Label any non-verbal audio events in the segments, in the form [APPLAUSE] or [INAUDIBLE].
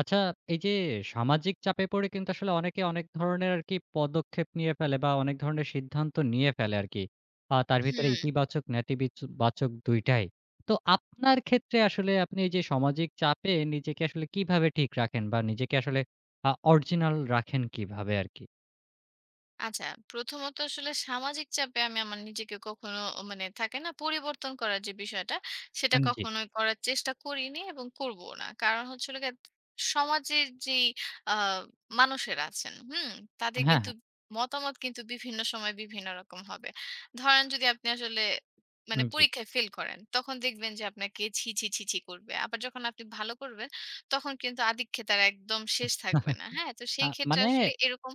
আচ্ছা, এই যে সামাজিক চাপে পড়ে কিন্তু আসলে অনেকে অনেক ধরনের আরকি পদক্ষেপ নিয়ে ফেলে বা অনেক ধরনের সিদ্ধান্ত নিয়ে ফেলে আরকি। তার ভিতরে হুম, ইতিবাচক, বাচক ২ টাই। তো আপনার ক্ষেত্রে আসলে আপনি এই যে সামাজিক চাপে নিজেকে আসলে কিভাবে ঠিক রাখেন বা নিজেকে আসলে অরিজিনাল রাখেন কিভাবে আরকি? আচ্ছা। প্রথমত আসলে সামাজিক চাপে আমি আমার নিজেকে কখনো মানে থাকে না পরিবর্তন করার যে বিষয়টা, সেটা জি। কখনোই করার চেষ্টা করিনি এবং করবও না। কারণ হচ্ছে হলো গিয়ে সমাজের যেই আ মানুষেরা আছেন, হুম? তাদের হ্যাঁ, কিন্তু হ্যাঁ। মতামত কিন্তু বিভিন্ন সময় বিভিন্ন রকম হবে। ধরেন যদি আপনি আসলে মানে উম, জি। পরীক্ষায় ফেল করেন, তখন দেখবেন যে আপনাকে ছি, ছি, ছি, ছি করবে। আবার যখন আপনি ভালো করবেন, তখন কিন্তু আধিক্যেতার একদম শেষ থাকবে না। হ্যাঁ? [LAUGHS] তো আ সেই ক্ষেত্রে মানে আসলে এরকম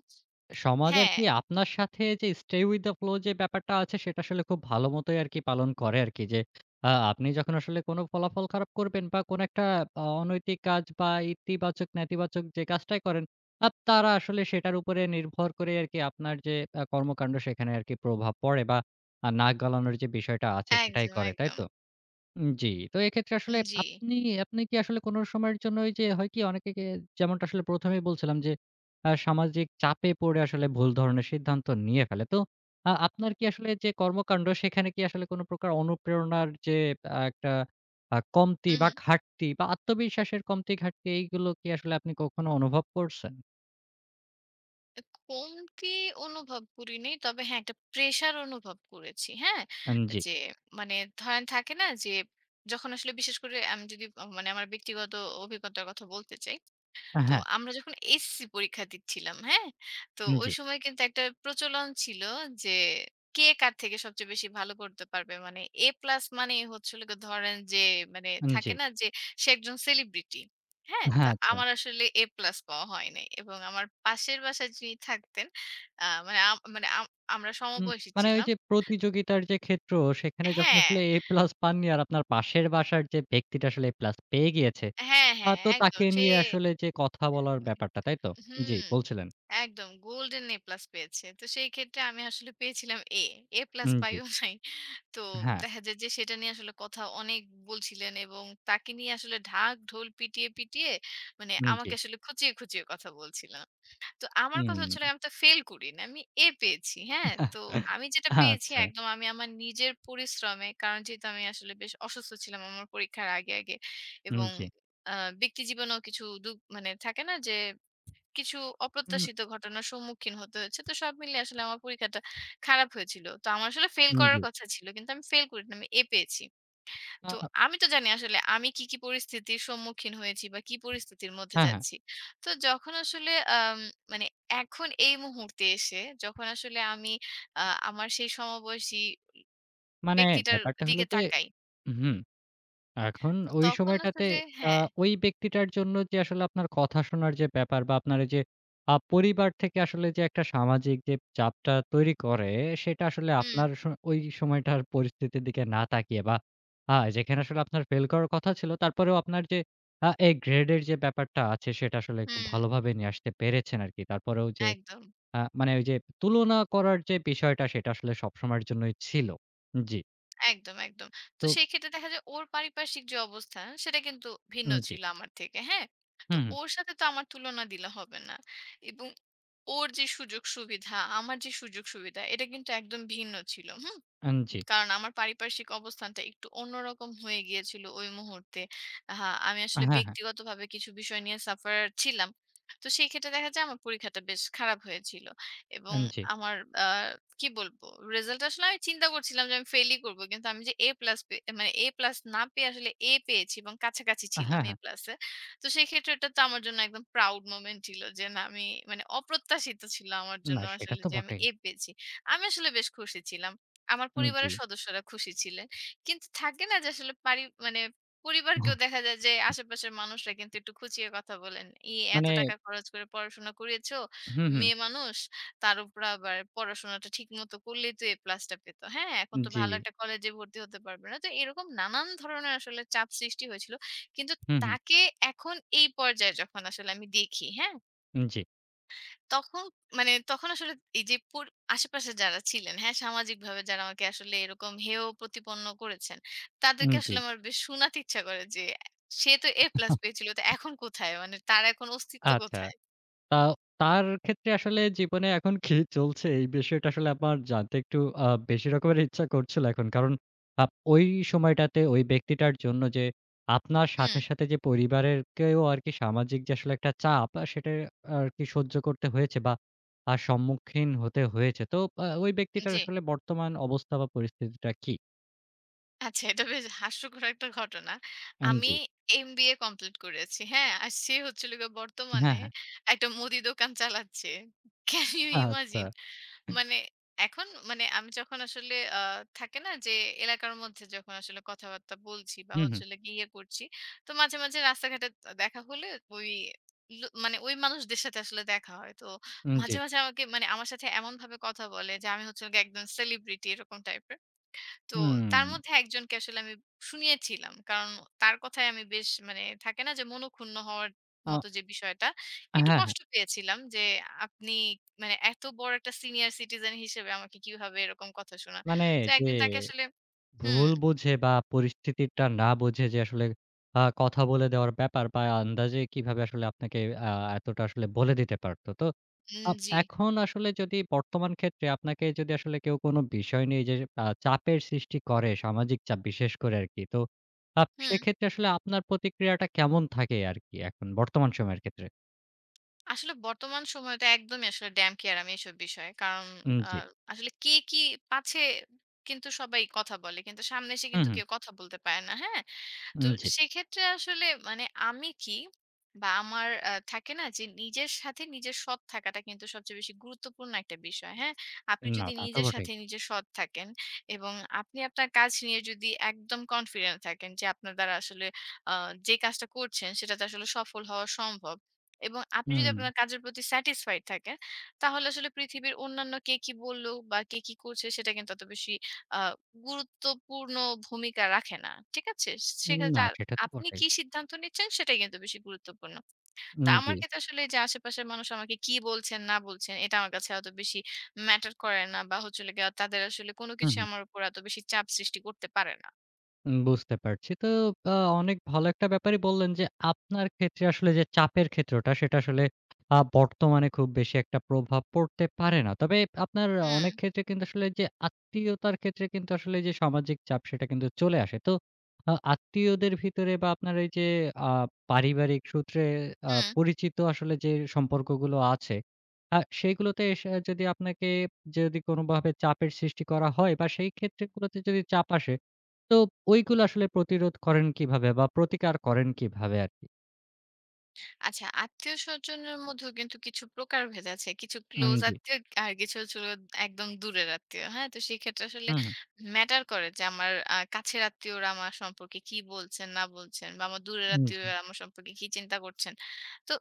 সমাজ হ্যাঁ। আরকি আপনার সাথে যে stay with the flow যে ব্যাপারটা আছে সেটা আসলে খুব ভালো মতোই আরকি পালন করে আরকি যে আপনি যখন আসলে কোনো ফলাফল খারাপ করবেন বা কোনো একটা অনৈতিক কাজ বা ইতিবাচক নেতিবাচক যে কাজটাই করেন, তারা আসলে সেটার উপরে নির্ভর করে আরকি আপনার যে কর্মকাণ্ড সেখানে আরকি প্রভাব পড়ে বা নাক গলানোর যে বিষয়টা আছে সেটাই একদম, করে, তাই একদম। তো? উম জি। তো এক্ষেত্রে আসলে জি। আপনি আপনি কি আসলে কোন সময়ের জন্য ওই যে হয় কি অনেকে কে যেমনটা আসলে ১ম এই বলছিলাম যে সামাজিক চাপে পড়ে আসলে ভুল ধরনের সিদ্ধান্ত নিয়ে ফেলে। তো আপনার কি আসলে যে কর্মকাণ্ড সেখানে কি আসলে কোন প্রকার অনুপ্রেরণার যে একটা কমতি হু, হু। বা ঘাটতি বা আত্মবিশ্বাসের কমতি ঘাটতি এইগুলো কি আসলে আপনি কখনো অনুভব করছেন? কমতি অনুভব করিনি। তবে হ্যাঁ, একটা প্রেশার অনুভব করেছি। হ্যাঁ? জি। যে মানে ধরেন থাকে না যে, যখন আসলে বিশেষ করে আমি যদি মানে আমার ব্যক্তিগত অভিজ্ঞতার কথা বলতে চাই। তো হ্যাঁ, আমরা যখন এসএসসি পরীক্ষা দিচ্ছিলাম, হ্যাঁ? তো উম, ওই জি, সময় কিন্তু একটা প্রচলন ছিল যে কে কার থেকে সবচেয়ে বেশি ভালো করতে পারবে। মানে এ প্লাস মানেই হচ্ছে হলো গিয়ে ধরেন যে মানে উম, জি। থাকে না যে সে একজন সেলিব্রিটি। হ্যাঁ? তো হ্যাঁ, আচ্ছা। আমার আসলে এ প্লাস পাওয়া হয় নাই। এবং আমার পাশের বাসায় যিনি থাকতেন আ মানে আম মানে আম আমরা উম সমবয়সী মানে ওই ছিলাম। যে প্রতিযোগিতার যে ক্ষেত্র, সেখানে যখন হ্যাঁ, আসলে এ প্লাস পাননি আর আপনার পাশের বাসার যে ব্যক্তিটা আসলে এ প্লাস পেয়ে গিয়েছে, হ্যাঁ, হ্যাঁ তো একদম। তাকে সে নিয়ে আসলে যে কথা বলার ব্যাপারটা, তাই তো? জি, হুম, বলছিলেন। একদম গোল্ডেন এ প্লাস পেয়েছে। তো সেই ক্ষেত্রে আমি আসলে পেয়েছিলাম এ। এ প্লাস উম জি। পাইও নাই। তো হ্যাঁ, দেখা যায় যে সেটা নিয়ে আসলে কথা অনেক বলছিলেন এবং তাকে নিয়ে আসলে ঢাক ঢোল পিটিয়ে, পিটিয়ে মানে উম জি। আমাকে আসলে খুঁচিয়ে, খুঁচিয়ে কথা বলছিলেন। তো আমার কথা উম। হচ্ছিল আমি তো ফেল করি না। আমি এ পেয়েছি, হ্যাঁ? তো আমি [LAUGHS] যেটা পেয়েছি আচ্ছা। একদম আমি আমার নিজের পরিশ্রমে কারণ যেহেতু আমি আসলে বেশ অসুস্থ ছিলাম আমার পরীক্ষার আগে উম এবং জি। আ ব্যক্তিজীবনেও কিছু মানে থাকে না যে কিছু উম। অপ্রত্যাশিত ঘটনার সম্মুখীন হতে হয়েছে। তো সব মিলিয়ে আসলে আমার পরীক্ষাটা খারাপ হয়েছিল। তো আমার আসলে ফেইল উম করার জি। কথা ছিল। কিন্তু আমি ফেইল করিনি। আমি A পেয়েছি। তো আ আমি তো জানি আসলে আমি কি, কি পরিস্থিতির সম্মুখীন হয়েছি বা কি পরিস্থিতির মধ্যে হ্যাঁ, হ্যাঁ। যাচ্ছি। তো যখন আসলে আম মানে এখন এই মুহূর্তে এসে যখন আসলে আমি আ আমার সেই সমবয়সী মানে ব্যক্তিটার ব্যাপারটা হলো দিকে যে তাকাই। হুম। এখন তো ওই তখন সময়টাতে আসলে আ হ্যাঁ। ওই ব্যক্তিটার জন্য যে আসলে আপনার কথা শোনার যে ব্যাপার বা আপনার এই যে পরিবার থেকে আসলে যে একটা সামাজিক যে চাপটা তৈরি করে সেটা আসলে হুম, আপনার স ওই সময়টার পরিস্থিতির দিকে না তাকিয়ে বা যেখানে আসলে আপনার ফেল করার কথা ছিল তারপরেও আপনার যে এ গ্রেডের যে ব্যাপারটা আছে সেটা আসলে খুব হুম। ভালোভাবে নিয়ে আসতে পেরেছেন আরকি। তারপরেও যে একদম। মানে ওই যে তুলনা করার যে বিষয়টা সেটা আসলে সবসময়ের জন্যই ছিল। জি। একদম, একদম। তো তো সেই ক্ষেত্রে দেখা যায় ওর পারিপার্শ্বিক যে অবস্থান সেটা কিন্তু ভিন্ন উম, জি। ছিল আমার থেকে, হ্যাঁ? তো হুম, হুম। ওর সাথে তো আমার তুলনা দিলে হবে না। এবং ওর যে সুযোগ সুবিধা, আমার যে সুযোগ সুবিধা এটা কিন্তু একদম ভিন্ন ছিল, হুম? জি। কারণ আমার পারিপার্শ্বিক অবস্থানটা একটু অন্যরকম হয়ে গিয়েছিল ওই মুহূর্তে। হ্যাঁ, আমি আসলে হ্যাঁ, হ্যাঁ। ব্যক্তিগতভাবে কিছু বিষয় নিয়ে সাফারার ছিলাম। তো সেই ক্ষেত্রে দেখা যায় আমার পরীক্ষাটা বেশ খারাপ হয়েছিল। এবং জি। আমার আ কি বলবো? রেজাল্ট আসলে আমি চিন্তা করছিলাম যে আমি ফেইলই করব। কিন্তু আমি যে A+ মানে A+ না পেয়ে আসলে A পেয়েছি এবং কাছাকাছি ছিলাম হ্যাঁ, A+ এ। হ্যাঁ। প্লাসে, তো সেই ক্ষেত্রে এটা তো আমার জন্য একদম প্রাউড মোমেন্ট ছিল যে না আমি মানে অপ্রত্যাশিত ছিল আমার জন্য না সেটা আসলে তো যে আমি বটেই। A পেয়েছি। আমি আসলে বেশ খুশি ছিলাম। আমার উম জি। পরিবারের সদস্যরা খুশি ছিলেন। কিন্তু থাকে না যে আসলে মানে পরিবারকেও দেখা যায় যে আশেপাশের মানুষরা কিন্তু একটু খুঁচিয়ে কথা বলেন। "ই এত মানে টাকা খরচ করে পড়াশোনা করিয়েছো, হুম, হুম। মেয়ে মানুষ। তার উপর আবার পড়াশোনাটা ঠিকমতো করলেই তো এ প্লাসটা পেত। হ্যাঁ, এখন তো জি। ভালো একটা কলেজে ভর্তি হতে পারবে না।" তো এরকম নানান ধরনের আসলে চাপ সৃষ্টি হয়েছিল। কিন্তু হুম, হুম। তাকে এখন এই পর্যায়ে যখন আসলে আমি দেখি, হ্যাঁ? জি, তখন মানে তখন আসলে এই যে আশেপাশে যারা ছিলেন, হ্যাঁ? সামাজিকভাবে যারা আমাকে আসলে এরকম হেয় প্রতিপন্ন করেছেন, হুম, তাদেরকে জি। আসলে আমার বেশ শোনাতে ইচ্ছা করে যে, "সে তো A+ পেয়েছিল তো এখন কোথায়? মানে তার এখন অস্তিত্ব আচ্ছা। কোথায়?" তা তার ক্ষেত্রে আসলে জীবনে এখন কি চলছে এই বিষয়টা আসলে আমার জানতে একটু বেশি রকমের ইচ্ছা করছিল এখন। কারণ ওই সময়টাতে ওই ব্যক্তিটার জন্য যে আপনার হুম, সাথে যে পরিবারেরকেও আরকি সামাজিক যে আসলে একটা চাপ সেটা আরকি সহ্য করতে হয়েছে বা সম্মুখীন হতে হয়েছে। তো ওই ব্যক্তিটার জি। আসলে বর্তমান অবস্থা বা পরিস্থিতিটা কি? আচ্ছা, এটা বেশ হাস্যকর একটা ঘটনা। আমি জি। এমবিএ কমপ্লিট করেছি। হ্যাঁ? আর সে হচ্ছে হলো গিয়ে বর্তমানে হ্যাঁ, হ্যাঁ। একটা মুদি দোকান চালাচ্ছে। ক্যান ইউ আচ্ছা। ইমাজিন? মানে এখন মানে আমি যখন আসলে থাকে না যে এলাকার মধ্যে যখন আসলে কথাবার্তা বলছি বা হুম, হচ্ছে হুম। হলো গিয়ে ইয়ে করছি, তো মাঝে, মাঝে রাস্তাঘাটে দেখা হলে ওই লো মানে ওই মানুষদের সাথে আসলে দেখা হয়। তো উম জি। মাঝে, মাঝে আমাকে মানে আমার সাথে এমনভাবে কথা বলে যে আমি হচ্ছে হলো গিয়ে একদম সেলিব্রিটি এরকম টাইপের। তো হুম। তার মধ্যে একজনকে আসলে আমি শুনিয়েছিলাম। কারণ তার কথায় আমি বেশ মানে থাকে না যে মনঃক্ষুণ্ণ হওয়ার আ মতো যে বিষয়টা, একটু হ্যাঁ, হ্যাঁ। কষ্ট পেয়েছিলাম যে আপনি মানে এত বড় একটা সিনিয়র সিটিজেন হিসেবে আমাকে কিভাবে এরকম কথা শোনান। মানে তো যে একদিন তাকে আসলে হুম, ভুল বুঝে বা পরিস্থিতিটা না বুঝে যে আসলে কথা বলে দেওয়ার ব্যাপার বা আন্দাজে কিভাবে আসলে আপনাকে আ এতটা আসলে বলে দিতে পারতো। তো জি, এখন আসলে যদি বর্তমান ক্ষেত্রে আপনাকে যদি আসলে কেউ কোনো বিষয় নিয়ে যে চাপের সৃষ্টি করে, সামাজিক চাপ বিশেষ করে আরকি। তো হুম। সেক্ষেত্রে আসলে আপনার প্রতিক্রিয়াটা কেমন থাকে আরকি এখন বর্তমান সময়ের ক্ষেত্রে? আসলে বর্তমান সময়টা একদমই আসলে ড্যাম কেয়ার আমি এসব বিষয়ে। কারণ উম আ জি। আসলে কে কি পাছে কিন্তু সবাই কথা বলে। কিন্তু সামনে এসে হুম, কিন্তু হুম। কেউ কথা বলতে পারে না। হ্যাঁ? তো উম জি। সেক্ষেত্রে আসলে মানে আমি কি বা আমার থাকে না যে নিজের সাথে নিজের সৎ থাকাটা কিন্তু সবচেয়ে বেশি গুরুত্বপূর্ণ একটা বিষয়, হ্যাঁ? আপনি না যদি তা তো নিজের বটেই। সাথে নিজে সৎ থাকেন এবং আপনি আপনার কাজ নিয়ে যদি একদম কনফিডেন্ট থাকেন যে আপনার দ্বারা আসলে আ যে কাজটা করছেন সেটাতে আসলে সফল হওয়া সম্ভব এবং আপনি যদি হুম। আপনার কাজের প্রতি স্যাটিসফাইড থাকেন, তাহলে আসলে পৃথিবীর অন্যান্য কে কি বলল বা কে কি করছে সেটা কিন্তু অত বেশি আ গুরুত্বপূর্ণ ভূমিকা রাখে না। ঠিক আছে? সেক্ষেত্রে না আর সেটা তো আপনি বটেই। কি সিদ্ধান্ত নিচ্ছেন সেটাই কিন্তু বেশি গুরুত্বপূর্ণ। তো উম আমার জি। ক্ষেত্রে আসলে এই যে আশেপাশের মানুষ আমাকে কি বলছেন না বলছেন এটা আমার কাছে এত বেশি ম্যাটার করে না বা হচ্ছে হলো গিয়ে তাদের আসলে কোনো হুম, কিছু হুম। আমার উপর এত বেশি চাপ সৃষ্টি করতে পারে না। উম বুঝতে পারছি। তো আ অনেক ভালো একটা ব্যাপারই বললেন যে, আপনার ক্ষেত্রে আসলে যে চাপের ক্ষেত্রটা, সেটা আসলে বর্তমানে খুব বেশি একটা প্রভাব পড়তে পারে না। তবে আপনার হুম, অনেক ক্ষেত্রে কিন্তু আসলে যে আত্মীয়তার ক্ষেত্রে কিন্তু আসলে যে সামাজিক চাপ, সেটা কিন্তু চলে আসে। তো আত্মীয়দের ভিতরে বা আপনার এই যে আ পারিবারিক সূত্রে হুম। পরিচিত আসলে যে সম্পর্কগুলো আছে, সেইগুলোতে এসে যদি আপনাকে যদি কোনোভাবে চাপের সৃষ্টি করা হয় বা সেই ক্ষেত্রগুলোতে যদি চাপ আসে তো ওইগুলো আসলে প্রতিরোধ করেন কিভাবে বা প্রতিকার করেন কিভাবে আরকি? আচ্ছা, আত্মীয়স্বজনের মধ্যেও কিন্তু কিছু প্রকারভেদ আছে। কিছু উম ক্লোজ জি। আত্মীয় আর কিছু হচ্ছিল একদম দূরের আত্মীয়। হ্যাঁ? তো সেক্ষেত্রে আসলে হুম, হুম। ম্যাটার করে যে আমার কাছের আত্মীয়রা আমার সম্পর্কে কি বলছেন, না বলছেন বা আমার দূরের জি। আত্মীয়রা আমার সম্পর্কে কি চিন্তা করছেন। তো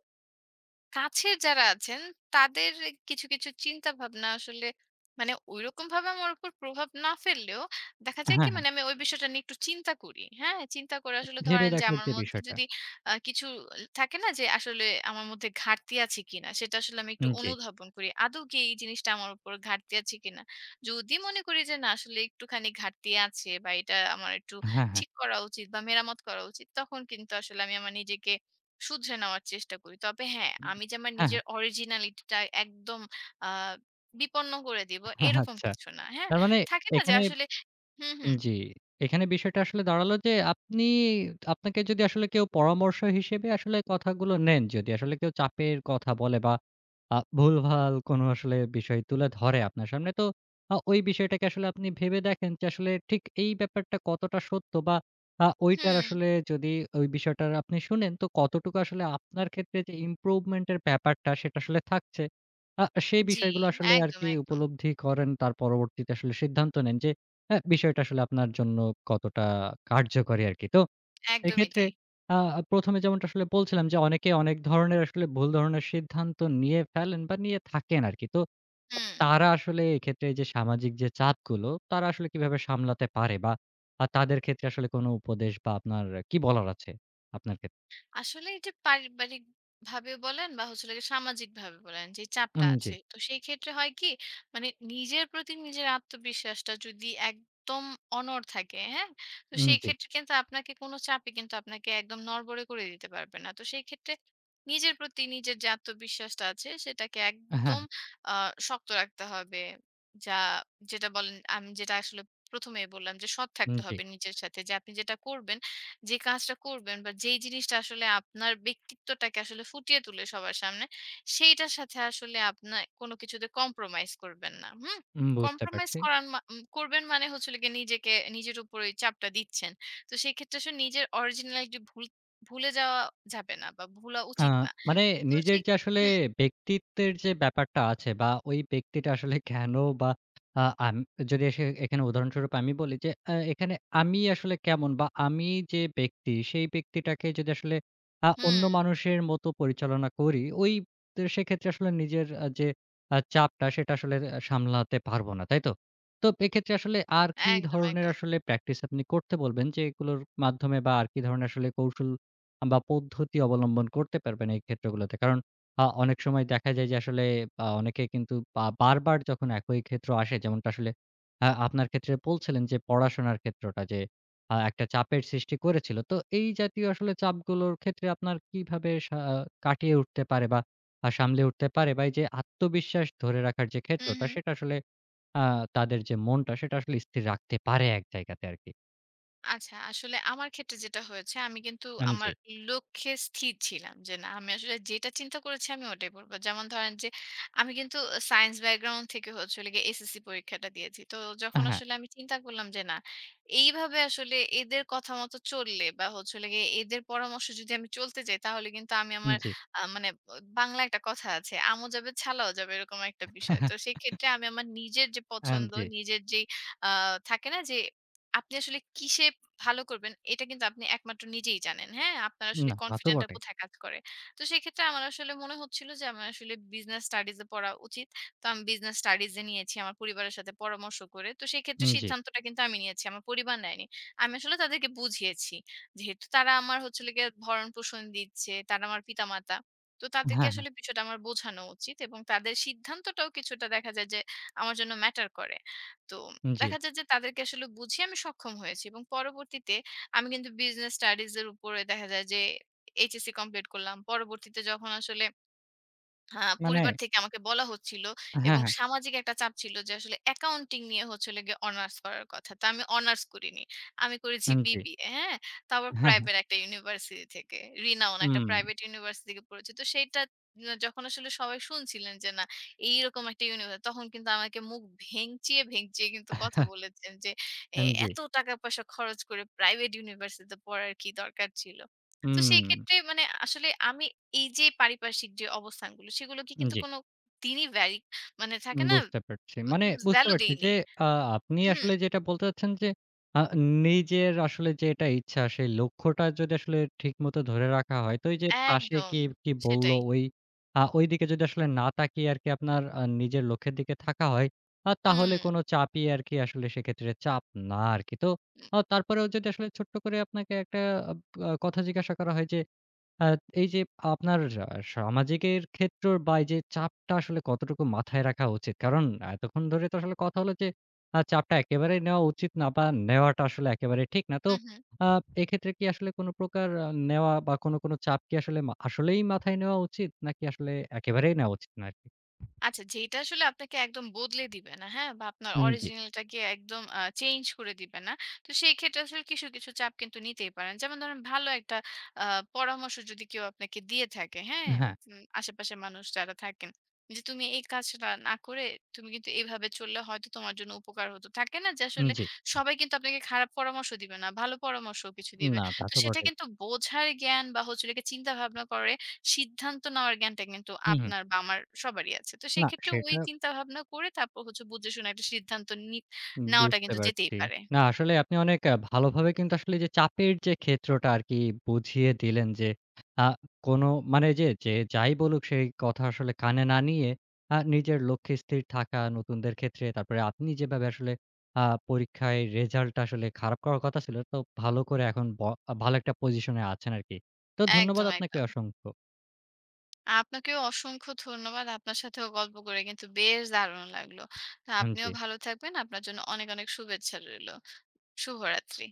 কাছের যারা আছেন তাদের কিছু, কিছু চিন্তা ভাবনা আসলে মানে ঐরকমভাবে আমার উপর প্রভাব না ফেললেও দেখা যায় কি হ্যাঁ, হ্যাঁ। মানে আমি ওই বিষয়টা নিয়ে একটু চিন্তা করি। হ্যাঁ? চিন্তা করে আসলে ভেবে ধরেন যে দেখার আমার যে মধ্যে বিষয়টা। যদি কিছু থাকে না যে আসলে আমার মধ্যে ঘাটতি আছে কিনা? সেটা আসলে আমি একটু উম, জি। অনুধাবন করি। আদৌ কি এই জিনিসটা আমার উপর ঘাটতি আছে কিনা? যদি মনে করি যে না আসলে একটুখানি ঘাটতি আছে বা এটা আমার একটু হ্যাঁ, হ্যাঁ। ঠিক করা উচিত বা মেরামত করা উচিত তখন কিন্তু আসলে আমি আমার নিজেকে শুধরে নেওয়ার চেষ্টা করি। তবে হ্যাঁ, আমি যে আমার হ্যাঁ, নিজের হ্যাঁ। originality টা একদম আ বিপন্ন করে দিব এরকম আচ্ছা। কিছু না। হ্যাঁ? তার মানে থাকে না যে এখানে আসলে হুম, হুম, জি। এখানে বিষয়টা আসলে দাঁড়ালো যে আপনি আপনাকে যদি আসলে কেউ পরামর্শ হিসেবে আসলে কথাগুলো নেন, যদি আসলে কেউ চাপের কথা বলে বা ভুলভাল কোনো আসলে বিষয় তুলে ধরে আপনার সামনে, তো ওই বিষয়টাকে আসলে আপনি ভেবে দেখেন যে আসলে ঠিক এই ব্যাপারটা কতটা সত্য বা ওইটার হুম, আসলে যদি ওই বিষয়টার আপনি শুনেন, তো কতটুকু আসলে আপনার ক্ষেত্রে যে ইমপ্রুভমেন্ট এর ব্যাপারটা সেটা আসলে থাকছে। সেই জি, বিষয়গুলো আসলে একদম, আরকি একদম। উপলব্ধি করেন, তার পরবর্তীতে আসলে সিদ্ধান্ত নেন যে হ্যাঁ, বিষয়টা আসলে আপনার জন্য কতটা কার্যকরী আরকি। তো একদমই এক্ষেত্রে তাই। আ ১ম এ যেমনটা আসলে বলছিলাম যে, অনেকে অনেক ধরনের আসলে ভুল ধরনের সিদ্ধান্ত নিয়ে ফেলেন বা নিয়ে থাকেন আরকি। তো হুম। তারা আসলে এক্ষেত্রে যে সামাজিক যে চাপগুলো, তারা আসলে কিভাবে সামলাতে পারে বা তাদের ক্ষেত্রে আসলে কোনো উপদেশ বা আপনার কি বলার আছে আপনার ক্ষেত্রে? আসলে এই যে পারিবারিক ভাবে বলেন বা হচ্ছে হলো গিয়ে সামাজিক ভাবে বলেন যে চাপটা উম জি, আছে তো সেই ক্ষেত্রে হয় কি মানে নিজের প্রতি নিজের আত্মবিশ্বাসটা যদি একদম অনড় থাকে হ্যাঁ তো উম সেই জি। ক্ষেত্রে কিন্তু আপনাকে কোনো চাপই কিন্তু আপনাকে একদম নড়বড়ে করে দিতে পারবে না তো সেই ক্ষেত্রে নিজের প্রতি নিজের যে আত্মবিশ্বাসটা আছে সেটাকে হ্যাঁ, একদম শক্ত রাখতে হবে যা যেটা বলেন আমি যেটা আসলে প্রথমেই বললাম যে সৎ উম থাকতে জি। হবে নিজের সাথে যে আপনি যেটা করবেন যে কাজটা করবেন বা যেই জিনিসটা আসলে আপনার ব্যক্তিত্বটাকে আসলে ফুটিয়ে তুলে সবার সামনে, সেইটার সাথে আসলে আপনা কোনো কিছুতে কম্প্রোমাইজ করবেন না। হুম? উম বুঝতে কম্প্রোমাইজ পারছি। করার মা উম করবেন মানে হচ্ছে হলো গিয়ে নিজেকে নিজের উপরেই চাপটা দিচ্ছেন। তো সেক্ষেত্রে আসলে নিজের অরিজিনালিটি ভুলে যাওয়া যাবে না বা ভুলা আ উচিত না। মানে তো নিজের যে আসলে হুম, ব্যক্তিত্বের যে ব্যাপারটা আছে বা ওই ব্যক্তিটা আসলে কেন বা আ আম যদি এসে এখানে উদাহরণস্বরূপ আমি বলি যে এখানে আমি আসলে কেমন বা আমি যে ব্যক্তি সেই ব্যক্তিটাকে যদি আসলে অন্য হুম। মানুষের মতো পরিচালনা করি ওই তো সেক্ষেত্রে আসলে নিজের যে চাপটা সেটা আসলে সামলাতে পারবো না, তাই তো? তো এক্ষেত্রে আসলে আর কি একদম, ধরনের একদম। আসলে প্র্যাকটিস আপনি করতে বলবেন যে এগুলোর মাধ্যমে বা আর কি ধরনের আসলে কৌশল বা পদ্ধতি অবলম্বন করতে পারবেন এই ক্ষেত্রগুলোতে। কারণ অনেক সময় দেখা যায় যে আসলে অনেকে কিন্তু বা বারবার যখন একই ক্ষেত্র আসে যেমনটা আসলে আপনার ক্ষেত্রে বলছিলেন যে পড়াশোনার ক্ষেত্রটা যে একটা চাপের সৃষ্টি করেছিল। তো এই জাতীয় আসলে চাপগুলোর ক্ষেত্রে আপনার কিভাবে কাটিয়ে উঠতে পারে বা সামলে উঠতে পারে বা এই যে আত্মবিশ্বাস ধরে রাখার যে হু, ক্ষেত্রটা হু। সেটা আসলে আ তাদের যে মনটা সেটা আসলে স্থির রাখতে পারে এক জায়গাতে আরকি। আচ্ছা, আসলে আমার ক্ষেত্রে যেটা হয়েছে আমি কিন্তু আমার জি। লক্ষ্যে স্থির ছিলাম যে না আমি আসলে যেটা চিন্তা করেছি আমি ওটাই পড়ব। যেমন ধরেন যে আমি কিন্তু সায়েন্স ব্যাকগ্রাউন্ড থেকে হচ্ছে হলো গিয়ে এসএসসি পরীক্ষাটা দিয়েছি। তো যখন হ্যাঁ, আসলে আমি চিন্তা করলাম যে না এইভাবে আসলে এদের কথা মতো চললে বা হচ্ছে হলো গিয়ে এদের পরামর্শ যদি আমি চলতে যাই তাহলে কিন্তু আমি আমার জি। মানে বাংলায় একটা কথা আছে, আমও যাবে ছালাও যাবে এরকম একটা বিষয়। তো [LAUGHS] সেক্ষেত্রে আমি আমার নিজের যে পছন্দ, জি। নিজের যেই আ থাকে না যে আপনি আসলে কিসে ভালো করবেন এটা কিন্তু আপনি একমাত্র নিজেই জানেন। হ্যাঁ? আপনার আসলে না, তা তো কনফিডেন্ট টা বটে। কোথায় কাজ করে। তো সেক্ষেত্রে আমার আসলে মনে হচ্ছিল যে আমার আসলে বিজনেস স্টাডিজ এ পড়া উচিত। তো আমি বিজনেস স্টাডিজ এ নিয়েছি আমার পরিবারের সাথে পরামর্শ করে। তো সেক্ষেত্রে উম জি। সিদ্ধান্তটা কিন্তু আমি নিয়েছি। আমার পরিবার নেয়নি। আমি আসলে তাদেরকে বুঝিয়েছি। যেহেতু তারা আমার হচ্ছে হলো গিয়ে ভরণ-পোষণ দিচ্ছে, তারা আমার পিতামাতা। তো তাদেরকে হ্যাঁ, হ্যাঁ। আসলে বিষয়টা আমার বোঝানো উচিত এবং তাদের সিদ্ধান্তটাও কিছুটা দেখা যায় যে আমার জন্য ম্যাটার করে। তো জি। দেখা যায় যে তাদেরকে আসলে বুঝিয়ে আমি সক্ষম হয়েছি এবং পরবর্তীতে আমি কিন্তু বিজনেস স্টাডিজ এর উপরে দেখা যায় যে এইচএসসি কমপ্লিট করলাম। পরবর্তীতে যখন আসলে হ্যাঁ, মানে পরিবার থেকে আমাকে বলা হচ্ছিল হ্যাঁ, এবং হ্যাঁ। সামাজিক একটা চাপ ছিল যে আসলে অ্যাকাউন্টিং নিয়ে হচ্ছে হলো গিয়ে অনার্স করার কথা। তো আমি অনার্স করিনি। আমি করেছি উম জি। বিবিএ, হ্যাঁ? তাও আবার হ্যাঁ, হ্যাঁ। প্রাইভেট একটা ইউনিভার্সিটি থেকে। রিনাউন একটা হুম। প্রাইভেট ইউনিভার্সিটি থেকে পড়েছি। তো সেইটা যখন আসলে সবাই শুনছিলেন যে না এইরকম একটা তখন কিন্তু আমাকে মুখ ভেঙচিয়ে, ভেঙচিয়ে কিন্তু কথা [LAUGHS] বলেছেন যে, "এ জি। এত টাকা-পয়সা খরচ করে প্রাইভেট ইউনিভার্সিটিতে পড়ার কি দরকার ছিল?" তো সেই হুম। ক্ষেত্রে মানে আসলে আমি এই যে পারিপার্শ্বিক যে অবস্থানগুলো সেগুলোকে কিন্তু জি। কোনো দিনই মানে উম থাকে না বুঝতে পারছি। মানে বুঝতে ভ্যালু পারছি দেই যে নেই। আ আপনি হুম, আসলে যেটা বলতে চাচ্ছেন যে আ নিজের আসলে যেটা ইচ্ছা সেই লক্ষ্যটা যদি আসলে ঠিকমতো ধরে রাখা হয় তো এই যে পাশে একদম কে কি বলল সেটাই। ওই ওইদিকে যদি আসলে না তাকিয়ে আরকি আপনার নিজের লক্ষ্যের দিকে থাকা হয় হুম, তাহলে কোনো চাপই আরকি আসলে সেক্ষেত্রে চাপ না আরকি। তো হুম, তারপরেও যদি আসলে ছোট্ট করে আপনাকে একটা আব আ কথা জিজ্ঞাসা করা হয় যে আ এই যে আপনার সামাজিকের ক্ষেত্র বা এই যে চাপটা আসলে কতটুকু মাথায় রাখা উচিত? কারণ এতক্ষণ ধরে তো আসলে কথা হলো যে চাপটা একেবারেই নেওয়া উচিত না বা নেওয়াটা আসলে একেবারে ঠিক না। তো হুম, হুম। আ এক্ষেত্রে কি আসলে কোন প্রকার নেওয়া বা কোন চাপ কি আসলে আসলেই মাথায় নেওয়া উচিত? নাকি আসলে একেবারেই নেওয়া উচিত না আরকি? আচ্ছা, যেটা আসলে আপনাকে একদম বদলে দিবে না, হ্যাঁ? বা আপনার উম জি। অরিজিনালটাকে একদম চেঞ্জ করে দিবে না। তো সেই ক্ষেত্রে আসলে কিছু, কিছু চাপ কিন্তু নিতেই পারেন। যেমন ধরেন ভালো একটা আ পরামর্শ যদি কেউ আপনাকে দিয়ে থাকে, হ্যাঁ? হ্যাঁ, আশেপাশের মানুষ যারা থাকেন। যে তুমি এই কাজটা না করে তুমি কিন্তু এভাবে চললে হয়তো তোমার জন্য উপকার হতো। থাকে না যে উম আসলে জি। সবাই কিন্তু আপনাকে খারাপ পরামর্শ দিবে না, ভালো পরামর্শও কিছু দিবে। না তা তো তো সেটা বটেই। কিন্তু বোঝার জ্ঞান বা হচ্ছে হলো গিয়ে চিন্তাভাবনা করার সিদ্ধান্ত নেওয়ার জ্ঞানটা কিন্তু হুম, হুম। আপনার বা আমার সবারই আছে। তো না সেক্ষেত্রে ওই সেটা চিন্তা ভাবনা করে তারপর হচ্ছে বুঝে শুনে একটা সিদ্ধান্ত নেওয়াটা বুঝতে কিন্তু যেতেই পারছি। পারে। না আসলে আপনি অনেক ভালোভাবে কিন্তু আসলে যে চাপের যে ক্ষেত্রটা আরকি বুঝিয়ে দিলেন যে, আ কোনো মানে যে, যে যাই বলুক সেই কথা আসলে কানে না নিয়ে নিজের লক্ষ্যে স্থির থাকা নতুনদের ক্ষেত্রে। তারপরে আপনি যেভাবে আসলে আ পরীক্ষায় রেজাল্টটা আসলে খারাপ করার কথা ছিল, তো ভালো করে এখন ভালো একটা পজিশনে আছেন আরকি। তো ধন্যবাদ একদম, আপনাকে একদম। অসংখ্য। আপনাকেও অসংখ্য ধন্যবাদ। আপনার সাথেও গল্প করে কিন্তু বেশ দারুণ লাগলো। তো হুম, আপনিও জি। ভালো থাকবেন। আপনার জন্য অনেক, অনেক শুভেচ্ছা রইলো। শুভরাত্রি।